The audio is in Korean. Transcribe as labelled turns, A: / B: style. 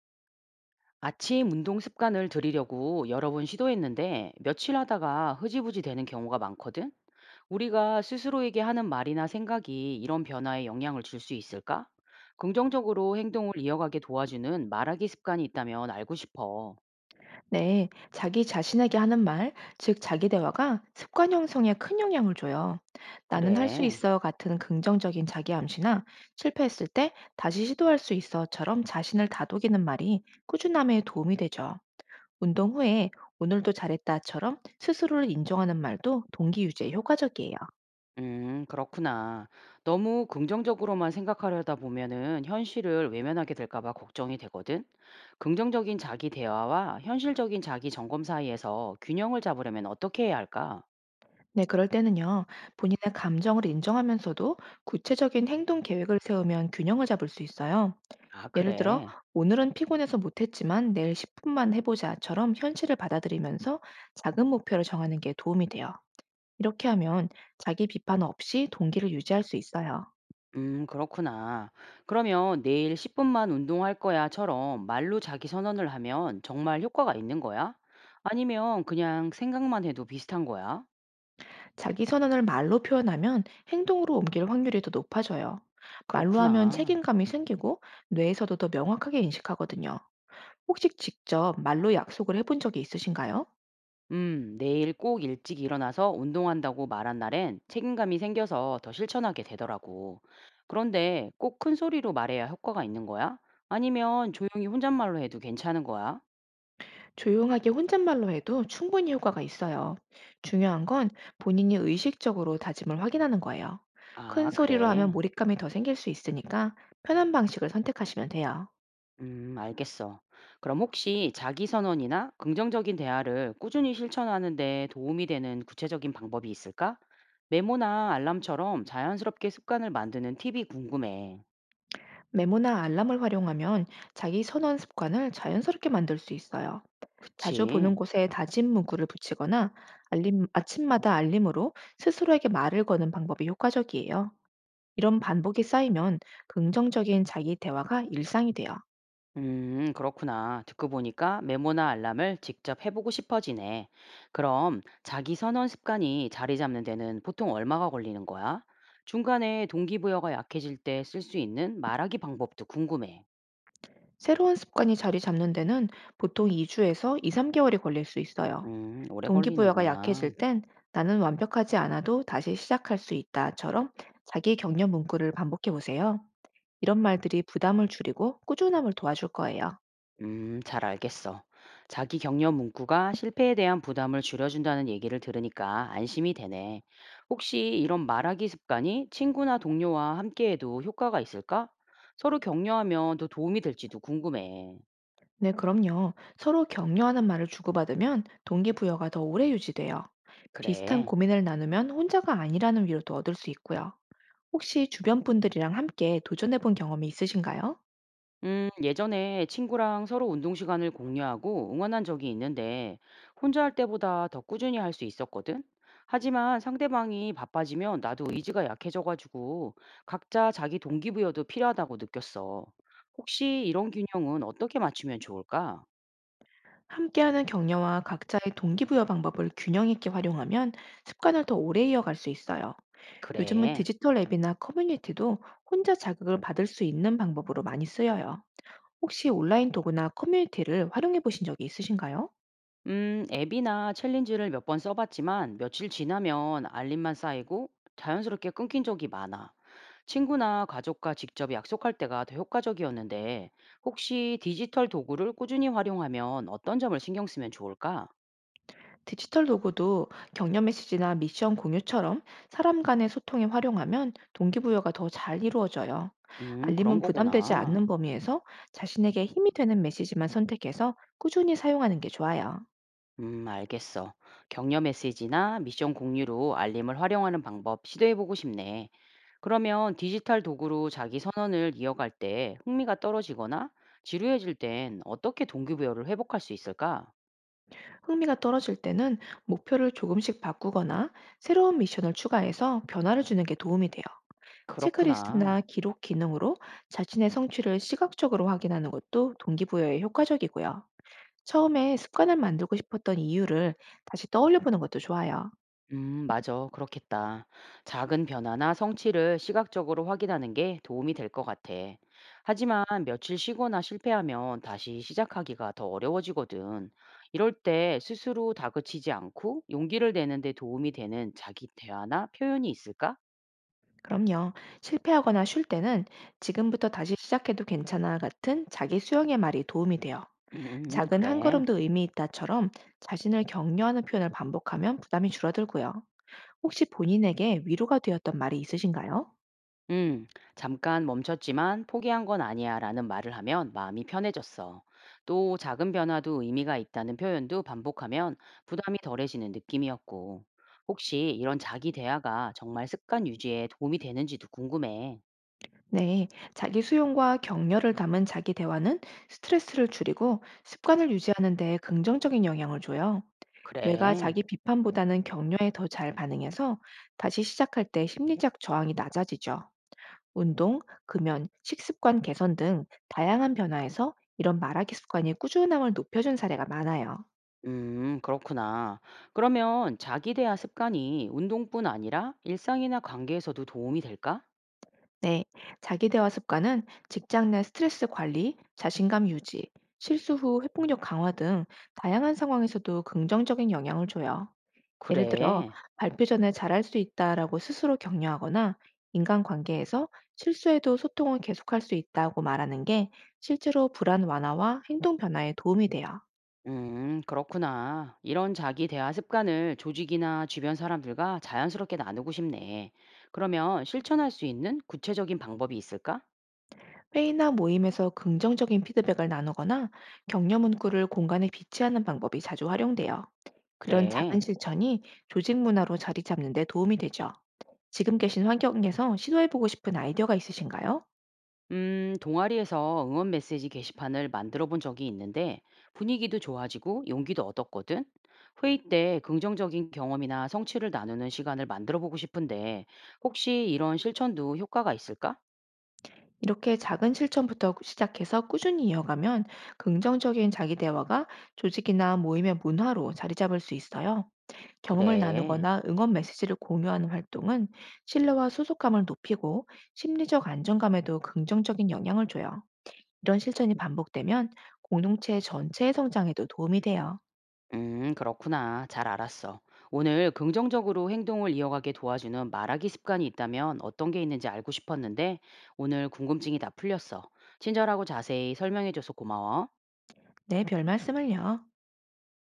A: 아침 운동 습관을 들이려고 여러 번 시도했는데 며칠 하다가 흐지부지 되는 경우가 많거든? 우리가 스스로에게 하는 말이나 생각이 이런 변화에 영향을 줄 수 있을까? 긍정적으로 행동을 이어가게 도와주는 말하기 습관이 있다면 알고 싶어.
B: 네, 자기 자신에게 하는 말, 즉 자기 대화가 습관 형성에 큰 영향을 줘요. 나는 할 수
A: 그래.
B: 있어 같은 긍정적인 자기 암시나 실패했을 때 다시 시도할 수 있어처럼 자신을 다독이는 말이 꾸준함에 도움이 되죠. 운동 후에 오늘도 잘했다처럼 스스로를 인정하는 말도 동기 유지에 효과적이에요.
A: 그렇구나. 너무 긍정적으로만 생각하려다 보면은 현실을 외면하게 될까 봐 걱정이 되거든. 긍정적인 자기 대화와 현실적인 자기 점검 사이에서 균형을 잡으려면 어떻게 해야 할까?
B: 네, 그럴 때는요, 본인의 감정을 인정하면서도 구체적인 행동 계획을 세우면 균형을 잡을 수 있어요.
A: 아,
B: 예를 들어,
A: 그래.
B: 오늘은 피곤해서 못했지만 내일 10분만 해보자처럼 현실을 받아들이면서 작은 목표를 정하는 게 도움이 돼요. 이렇게 하면 자기 비판 없이 동기를 유지할 수 있어요.
A: 그렇구나. 그러면 "내일 10분 분만 운동할 거야."처럼 말로 자기 선언을 하면 정말 효과가 있는 거야? 아니면 그냥 생각만 해도 비슷한 거야?
B: 자기 선언을 말로 표현하면 행동으로 옮길 확률이 더 높아져요. 말로 하면
A: 그렇구나.
B: 책임감이 생기고 뇌에서도 더 명확하게 인식하거든요. 혹시 직접 말로 약속을 해본 적이 있으신가요?
A: "내일 꼭 일찍 일어나서 운동한다."고 말한 날엔 책임감이 생겨서 더 실천하게 되더라고. 그런데 꼭 큰 소리로 말해야 효과가 있는 거야? 아니면 조용히 혼잣말로 해도 괜찮은 거야?
B: 조용하게 혼잣말로 해도 충분히 효과가 있어요. 중요한 건 본인이 의식적으로 다짐을 확인하는 거예요. 큰
A: 아,
B: 소리로 하면
A: 그래.
B: 몰입감이 더 생길 수 있으니까 편한 방식을 선택하시면 돼요.
A: 알겠어. 그럼 혹시 자기 선언이나 긍정적인 대화를 꾸준히 실천하는데 도움이 되는 구체적인 방법이 있을까? 메모나 알람처럼 자연스럽게 습관을 만드는 팁이 궁금해.
B: 메모나 알람을 활용하면 자기 선언 습관을 자연스럽게 만들 수 있어요. 자주 보는
A: 그치?
B: 곳에 다짐 문구를 붙이거나 알림, 아침마다 알림으로 스스로에게 말을 거는 방법이 효과적이에요. 이런 반복이 쌓이면 긍정적인 자기 대화가 일상이 돼요.
A: 그렇구나. 듣고 보니까 메모나 알람을 직접 해보고 싶어지네. 그럼 자기 선언 습관이 자리 잡는 데는 보통 얼마가 걸리는 거야? 중간에 동기부여가 약해질 때 쓸 수 있는 말하기 방법도 궁금해.
B: 새로운 습관이 자리 잡는 데는 보통 2주에서 2, 3개월이 걸릴 수 있어요.
A: 오래
B: 동기부여가
A: 걸리는구나.
B: 약해질 땐 나는 완벽하지 않아도 다시 시작할 수 있다처럼 자기 격려 문구를 반복해 보세요. 이런 말들이 부담을 줄이고 꾸준함을 도와줄 거예요.
A: 잘 알겠어. 자기 격려 문구가 실패에 대한 부담을 줄여준다는 얘기를 들으니까 안심이 되네. 혹시 이런 말하기 습관이 친구나 동료와 함께해도 효과가 있을까? 서로 격려하면 더 도움이 될지도 궁금해.
B: 네, 그럼요. 서로 격려하는 말을 주고받으면 동기부여가 더 오래 유지돼요. 비슷한
A: 그래.
B: 고민을 나누면 혼자가 아니라는 위로도 얻을 수 있고요. 혹시 주변 분들이랑 함께 도전해 본 경험이 있으신가요?
A: 예전에 친구랑 서로 운동 시간을 공유하고 응원한 적이 있는데 혼자 할 때보다 더 꾸준히 할 수 있었거든. 하지만 상대방이 바빠지면 나도 의지가 약해져가지고 각자 자기 동기부여도 필요하다고 느꼈어. 혹시 이런 균형은 어떻게 맞추면 좋을까?
B: 함께하는 격려와 각자의 동기부여 방법을 균형 있게 활용하면 습관을 더 오래 이어갈 수 있어요. 요즘은
A: 그래.
B: 디지털 앱이나 커뮤니티도 혼자 자극을 받을 수 있는 방법으로 많이 쓰여요. 혹시 온라인 도구나 커뮤니티를 활용해 보신 적이 있으신가요?
A: 앱이나 챌린지를 몇 번 써봤지만 며칠 지나면 알림만 쌓이고 자연스럽게 끊긴 적이 많아. 친구나 가족과 직접 약속할 때가 더 효과적이었는데 혹시 디지털 도구를 꾸준히 활용하면 어떤 점을 신경 쓰면 좋을까?
B: 디지털 도구도 격려 메시지나 미션 공유처럼 사람 간의 소통에 활용하면 동기부여가 더 잘 이루어져요.
A: 그런
B: 알림은 부담되지
A: 거구나.
B: 않는 범위에서 자신에게 힘이 되는 메시지만 선택해서 꾸준히 사용하는 게 좋아요.
A: 알겠어. 격려 메시지나 미션 공유로 알림을 활용하는 방법 시도해보고 싶네. 그러면 디지털 도구로 자기 선언을 이어갈 때 흥미가 떨어지거나 지루해질 땐 어떻게 동기부여를 회복할 수 있을까?
B: 흥미가 떨어질 때는 목표를 조금씩 바꾸거나 새로운 미션을 추가해서 변화를 주는 게 도움이 돼요. 체크리스트나
A: 그렇구나.
B: 기록 기능으로 자신의 성취를 시각적으로 확인하는 것도 동기부여에 효과적이고요. 처음에 습관을 만들고 싶었던 이유를 다시 떠올려 보는 것도 좋아요.
A: 맞아. 그렇겠다. 작은 변화나 성취를 시각적으로 확인하는 게 도움이 될 것 같아. 하지만 며칠 쉬거나 실패하면 다시 시작하기가 더 어려워지거든. 이럴 때 스스로 다그치지 않고 용기를 내는 데 도움이 되는 자기 대화나 표현이 있을까?
B: 그럼요. 실패하거나 쉴 때는 지금부터 다시 시작해도 괜찮아 같은 자기 수용의 말이 도움이 돼요. 작은 한
A: 그래.
B: 걸음도 의미 있다처럼 자신을 격려하는 표현을 반복하면 부담이 줄어들고요. 혹시 본인에게 위로가 되었던 말이 있으신가요?
A: 음, 잠깐 멈췄지만 포기한 건 아니야 라는 말을 하면 마음이 편해졌어. 또 작은 변화도 의미가 있다는 표현도 반복하면 부담이 덜해지는 느낌이었고. 혹시 이런 자기 대화가 정말 습관 유지에 도움이 되는지도 궁금해.
B: 네, 자기 수용과 격려를 담은 자기 대화는 스트레스를 줄이고 습관을 유지하는 데 긍정적인 영향을 줘요. 뇌가
A: 그래.
B: 자기 비판보다는 격려에 더 잘 반응해서 다시 시작할 때 심리적 저항이 낮아지죠. 운동, 금연, 식습관 개선 등 다양한 변화에서 이런 말하기 습관이 꾸준함을 높여준 사례가 많아요.
A: 그렇구나. 그러면 자기 대화 습관이 운동뿐 아니라 일상이나 관계에서도 도움이 될까?
B: 네, 자기대화 습관은 직장 내 스트레스 관리, 자신감 유지, 실수 후 회복력 강화 등 다양한 상황에서도 긍정적인 영향을 줘요. 예를 들어,
A: 그래.
B: 발표 전에 잘할 수 있다라고 스스로 격려하거나 인간관계에서 실수해도 소통을 계속할 수 있다고 말하는 게 실제로 불안 완화와 행동 변화에 도움이 돼요.
A: 그렇구나. 이런 자기 대화 습관을 조직이나 주변 사람들과 자연스럽게 나누고 싶네. 그러면 실천할 수 있는 구체적인 방법이 있을까?
B: 회의나 모임에서 긍정적인 피드백을 나누거나 격려 문구를 공간에 비치하는 방법이 자주 활용돼요. 이런
A: 그래.
B: 작은 실천이 조직 문화로 자리 잡는 데 도움이 되죠. 지금 계신 환경에서 시도해보고 싶은 아이디어가 있으신가요?
A: 동아리에서 응원 메시지 게시판을 만들어 본 적이 있는데 분위기도 좋아지고 용기도 얻었거든. 회의 때 긍정적인 경험이나 성취를 나누는 시간을 만들어 보고 싶은데 혹시 이런 실천도 효과가 있을까?
B: 이렇게 작은 실천부터 시작해서 꾸준히 이어가면 긍정적인 자기 대화가 조직이나 모임의 문화로 자리 잡을 수 있어요. 경험을
A: 그래.
B: 나누거나 응원 메시지를 공유하는 활동은 신뢰와 소속감을 높이고 심리적 안정감에도 긍정적인 영향을 줘요. 이런 실천이 반복되면 공동체 전체의 성장에도 도움이 돼요.
A: 그렇구나. 잘 알았어. 오늘 긍정적으로 행동을 이어가게 도와주는 말하기 습관이 있다면 어떤 게 있는지 알고 싶었는데 오늘 궁금증이 다 풀렸어. 친절하고 자세히 설명해줘서 고마워.
B: 네, 별 말씀을요.